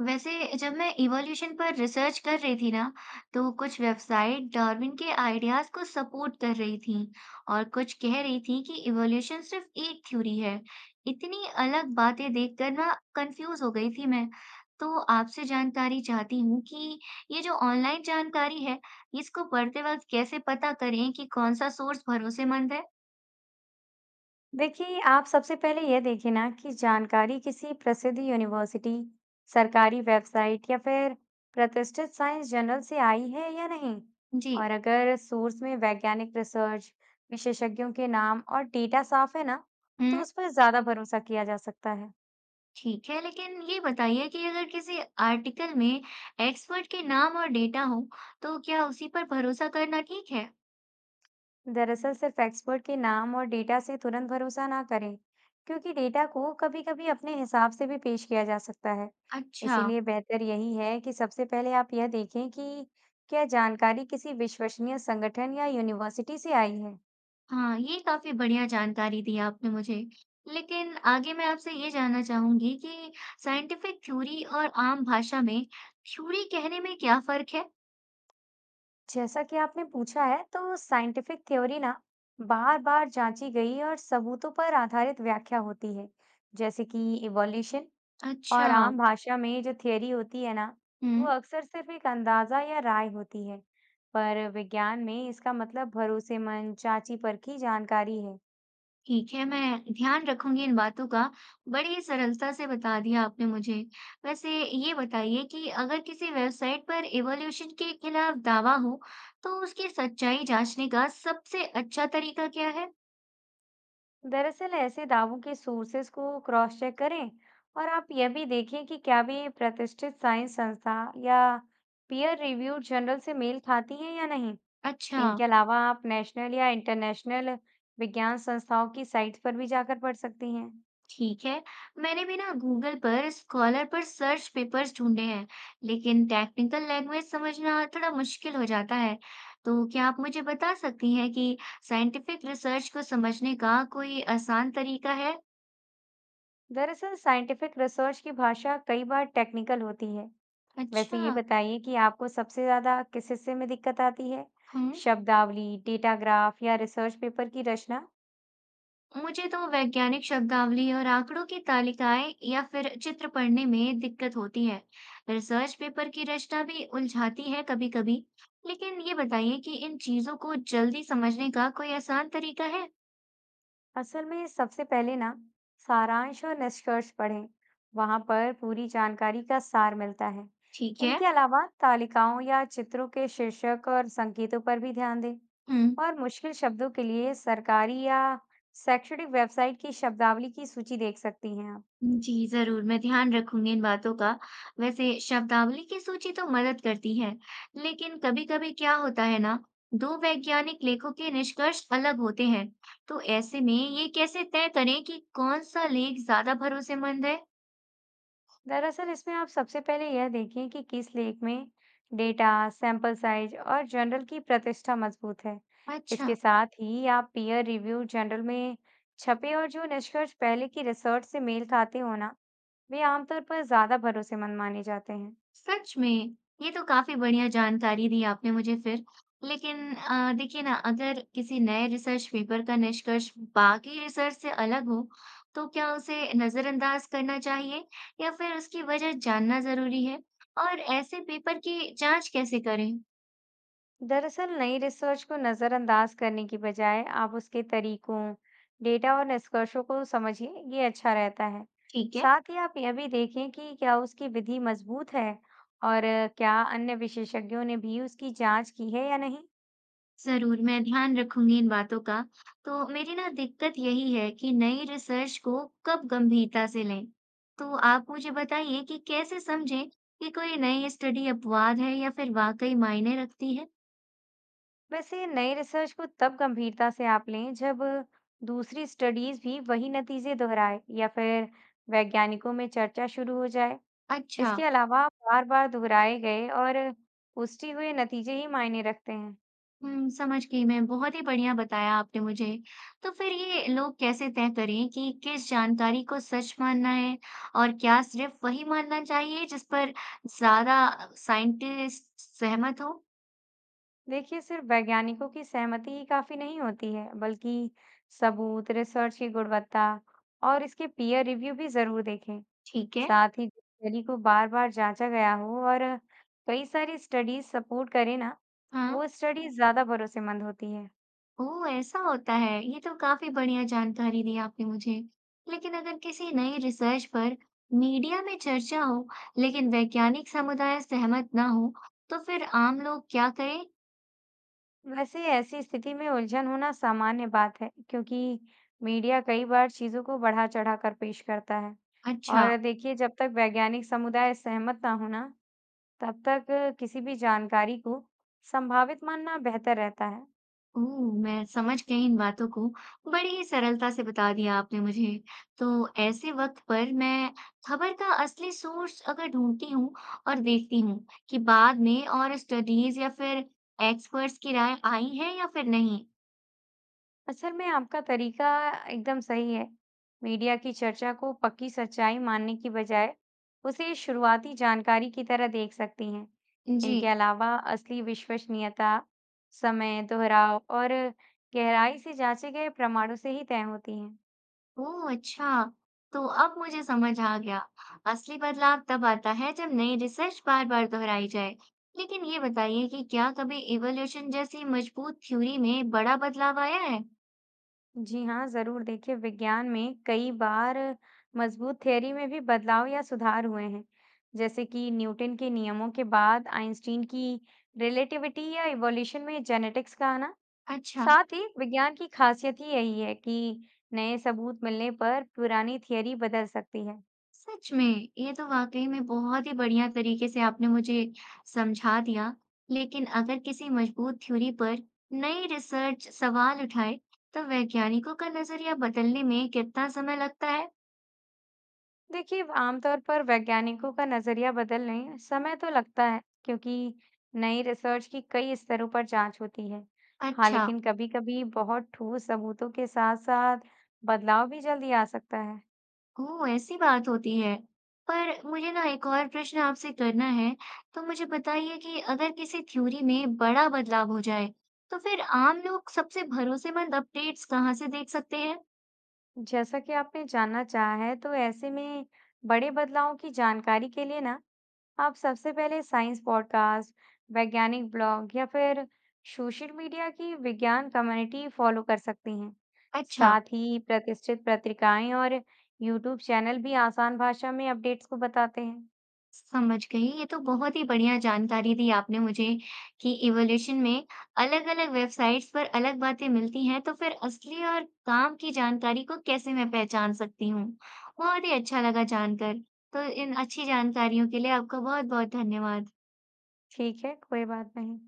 वैसे जब मैं इवोल्यूशन पर रिसर्च कर रही थी ना, तो कुछ वेबसाइट डार्विन के आइडियाज को सपोर्ट कर रही थी और कुछ कह रही थी कि इवोल्यूशन सिर्फ एक थ्योरी है। इतनी अलग बातें देखकर ना कंफ्यूज हो गई थी मैं। तो आपसे जानकारी चाहती हूँ कि ये जो ऑनलाइन जानकारी है, इसको पढ़ते वक्त कैसे पता करें कि कौन सा सोर्स भरोसेमंद है। देखिए आप सबसे पहले यह देखें ना कि जानकारी किसी प्रसिद्ध यूनिवर्सिटी, सरकारी वेबसाइट या फिर प्रतिष्ठित साइंस जर्नल से आई है या नहीं। जी। और अगर सोर्स में वैज्ञानिक रिसर्च, विशेषज्ञों के नाम और डेटा साफ है ना, तो हम्म। उस पर ज्यादा भरोसा किया जा सकता है। ठीक है, लेकिन ये बताइए कि अगर किसी आर्टिकल में एक्सपर्ट के नाम और डेटा हो, तो क्या उसी पर भरोसा करना ठीक है? दरअसल सिर्फ एक्सपर्ट के नाम और डेटा से तुरंत भरोसा ना करें, क्योंकि डेटा को कभी-कभी अपने हिसाब से भी पेश किया जा सकता है। अच्छा। इसीलिए बेहतर यही है कि सबसे पहले आप यह देखें कि क्या जानकारी किसी विश्वसनीय संगठन या यूनिवर्सिटी से आई है। हाँ, ये काफी बढ़िया जानकारी दी आपने मुझे। लेकिन आगे मैं आपसे ये जानना चाहूंगी कि साइंटिफिक थ्योरी और आम भाषा में थ्योरी कहने में क्या फर्क है? जैसा कि आपने पूछा है, तो साइंटिफिक थ्योरी ना बार-बार जांची गई और सबूतों पर आधारित व्याख्या होती है, जैसे कि इवोल्यूशन। अच्छा। और आम भाषा में जो थ्योरी होती है ना, वो हम्म। अक्सर सिर्फ एक अंदाजा या राय होती है। पर विज्ञान में इसका मतलब भरोसेमंद चाची परखी जानकारी है। ठीक है, मैं ध्यान रखूंगी इन बातों का। बड़ी सरलता से बता दिया आपने मुझे। वैसे ये बताइए कि अगर किसी वेबसाइट पर इवोल्यूशन के खिलाफ दावा हो, तो उसकी सच्चाई जांचने का सबसे अच्छा तरीका क्या है? दरअसल ऐसे दावों के सोर्सेस को क्रॉस चेक करें और आप यह भी देखें कि क्या वे प्रतिष्ठित साइंस संस्था या पीयर रिव्यूड जर्नल से मेल खाती है या नहीं। अच्छा। इनके अलावा आप नेशनल या इंटरनेशनल विज्ञान संस्थाओं की साइट्स पर भी जाकर पढ़ सकती हैं। ठीक है। मैंने भी ना गूगल पर स्कॉलर पर सर्च पेपर्स ढूंढे हैं, लेकिन टेक्निकल लैंग्वेज समझना थोड़ा मुश्किल हो जाता है। तो क्या आप मुझे बता सकती हैं कि साइंटिफिक रिसर्च को समझने का कोई आसान तरीका है? दरअसल साइंटिफिक रिसर्च की भाषा कई बार टेक्निकल होती है। वैसे ये अच्छा। बताइए कि आपको सबसे ज्यादा किस हिस्से में दिक्कत आती है, हाँ। शब्दावली, डेटा, ग्राफ या रिसर्च पेपर की रचना। मुझे तो वैज्ञानिक शब्दावली और आंकड़ों की तालिकाएं या फिर चित्र पढ़ने में दिक्कत होती है। रिसर्च पेपर की रचना भी उलझाती है कभी-कभी। लेकिन ये बताइए कि इन चीजों को जल्दी समझने का कोई आसान तरीका है? असल में सबसे पहले ना सारांश और निष्कर्ष पढ़ें, वहां पर पूरी जानकारी का सार मिलता है। ठीक है। इनके अलावा तालिकाओं या चित्रों के शीर्षक और संकेतों पर भी ध्यान दें। हम्म। और मुश्किल शब्दों के लिए सरकारी या शैक्षणिक वेबसाइट की शब्दावली की सूची देख सकती हैं आप। जी जरूर, मैं ध्यान रखूंगी इन बातों का। वैसे शब्दावली की सूची तो मदद करती है, लेकिन कभी-कभी क्या होता है ना, दो वैज्ञानिक लेखों के निष्कर्ष अलग होते हैं। तो ऐसे में ये कैसे तय करें कि कौन सा लेख ज्यादा भरोसेमंद है? दरअसल इसमें आप सबसे पहले यह देखें कि किस लेख में डेटा, सैंपल साइज और जर्नल की प्रतिष्ठा मजबूत है। अच्छा। इसके साथ ही आप पीयर रिव्यू जर्नल में छपे और जो निष्कर्ष पहले की रिसर्च से मेल खाते हो ना, वे आमतौर पर ज्यादा भरोसेमंद माने जाते हैं। सच में! ये तो काफ़ी बढ़िया जानकारी दी आपने मुझे फिर। लेकिन देखिए ना, अगर किसी नए रिसर्च पेपर का निष्कर्ष बाकी रिसर्च से अलग हो, तो क्या उसे नज़रअंदाज करना चाहिए या फिर उसकी वजह जानना ज़रूरी है? और ऐसे पेपर की जाँच कैसे करें? दरअसल नई रिसर्च को नज़रअंदाज करने की बजाय आप उसके तरीकों, डेटा और निष्कर्षों को समझिए, ये अच्छा रहता है। ठीक है। साथ ही आप यह भी देखें कि क्या उसकी विधि मजबूत है और क्या अन्य विशेषज्ञों ने भी उसकी जांच की है या नहीं। ज़रूर, मैं ध्यान रखूँगी इन बातों का। तो मेरी ना दिक्कत यही है कि नई रिसर्च को कब गंभीरता से लें। तो आप मुझे बताइए कि कैसे समझें कि कोई नई स्टडी अपवाद है या फिर वाक़ई मायने रखती है? वैसे नई रिसर्च को तब गंभीरता से आप लें जब दूसरी स्टडीज भी वही नतीजे दोहराए या फिर वैज्ञानिकों में चर्चा शुरू हो जाए। अच्छा। इसके अलावा बार बार दोहराए गए और पुष्टि हुए नतीजे ही मायने रखते हैं। समझ गई मैं, बहुत ही बढ़िया बताया आपने मुझे। तो फिर ये लोग कैसे तय करें कि किस जानकारी को सच मानना है और क्या सिर्फ़ वही मानना चाहिए जिस पर ज़्यादा साइंटिस्ट सहमत हों? देखिए सिर्फ वैज्ञानिकों की सहमति ही काफी नहीं होती है, बल्कि सबूत, रिसर्च की गुणवत्ता और इसके पीयर रिव्यू भी जरूर देखें। ठीक है। साथ ही स्टडी को बार बार जांचा गया हो और कई सारी स्टडीज सपोर्ट करें ना, हाँ। वो स्टडी ज्यादा भरोसेमंद होती है। ओह! ऐसा होता है। ये तो काफ़ी बढ़िया जानकारी दी आपने मुझे। लेकिन अगर किसी नई रिसर्च पर मीडिया में चर्चा हो, लेकिन वैज्ञानिक समुदाय सहमत ना हो, तो फिर आम लोग क्या करें? वैसे ऐसी स्थिति में उलझन होना सामान्य बात है, क्योंकि मीडिया कई बार चीजों को बढ़ा चढ़ा कर पेश करता है। अच्छा। और देखिए जब तक वैज्ञानिक समुदाय सहमत ना हो ना, तब तक किसी भी जानकारी को संभावित मानना बेहतर रहता है। ओह! मैं समझ गई इन बातों को। बड़ी ही सरलता से बता दिया आपने मुझे। तो ऐसे वक़्त पर मैं खबर का असली सोर्स अगर ढूँढती हूँ और देखती हूँ कि बाद में और स्टडीज़ या फिर एक्सपर्ट्स की राय आई है या फिर नहीं। असल में आपका तरीका एकदम सही है। मीडिया की चर्चा को पक्की सच्चाई मानने की बजाय उसे शुरुआती जानकारी की तरह देख सकती हैं। जी। इनके अलावा असली विश्वसनीयता, समय, दोहराव और गहराई से जांचे गए प्रमाणों से ही तय होती है। ओह, अच्छा! तो अब मुझे समझ आ गया। असली बदलाव तब आता है जब नई रिसर्च बार-बार दोहराई जाए। लेकिन ये बताइए कि क्या कभी इवोल्यूशन जैसी मजबूत थ्योरी में बड़ा बदलाव आया है? जी हाँ, ज़रूर देखिए विज्ञान में कई बार मजबूत थ्योरी में भी बदलाव या सुधार हुए हैं, जैसे कि न्यूटन के नियमों के बाद आइंस्टीन की रिलेटिविटी या इवोल्यूशन में जेनेटिक्स का आना। अच्छा। साथ ही विज्ञान की खासियत ही यही है कि नए सबूत मिलने पर पुरानी थ्योरी बदल सकती है। सच में! ये तो वाकई में बहुत ही बढ़िया तरीके से आपने मुझे समझा दिया। लेकिन अगर किसी मजबूत थ्योरी पर नई रिसर्च सवाल उठाए, तो वैज्ञानिकों का नजरिया बदलने में कितना समय लगता है? देखिए आमतौर पर वैज्ञानिकों का नजरिया बदलने समय तो लगता है, क्योंकि नई रिसर्च की कई स्तरों पर जांच होती है। हाँ अच्छा। लेकिन कभी-कभी बहुत ठोस सबूतों के साथ-साथ बदलाव भी जल्दी आ सकता है। ओह! ऐसी बात होती है। पर मुझे ना एक और प्रश्न आपसे करना है। तो मुझे बताइए कि अगर किसी थ्योरी में बड़ा बदलाव हो जाए, तो फिर आम लोग सबसे भरोसेमंद अपडेट्स कहाँ से देख सकते हैं? जैसा कि आपने जानना चाहा है, तो ऐसे में बड़े बदलावों की जानकारी के लिए ना आप सबसे पहले साइंस पॉडकास्ट, वैज्ञानिक ब्लॉग या फिर सोशल मीडिया की विज्ञान कम्युनिटी फॉलो कर सकती हैं। अच्छा। साथ ही प्रतिष्ठित पत्रिकाएं और यूट्यूब चैनल भी आसान भाषा में अपडेट्स को बताते हैं। समझ गई। ये तो बहुत ही बढ़िया जानकारी दी आपने मुझे कि इवोल्यूशन में अलग-अलग वेबसाइट्स पर अलग बातें मिलती हैं, तो फिर असली और काम की जानकारी को कैसे मैं पहचान सकती हूँ। बहुत ही अच्छा लगा जानकर। तो इन अच्छी जानकारियों के लिए आपका बहुत-बहुत धन्यवाद। ठीक है, कोई बात नहीं।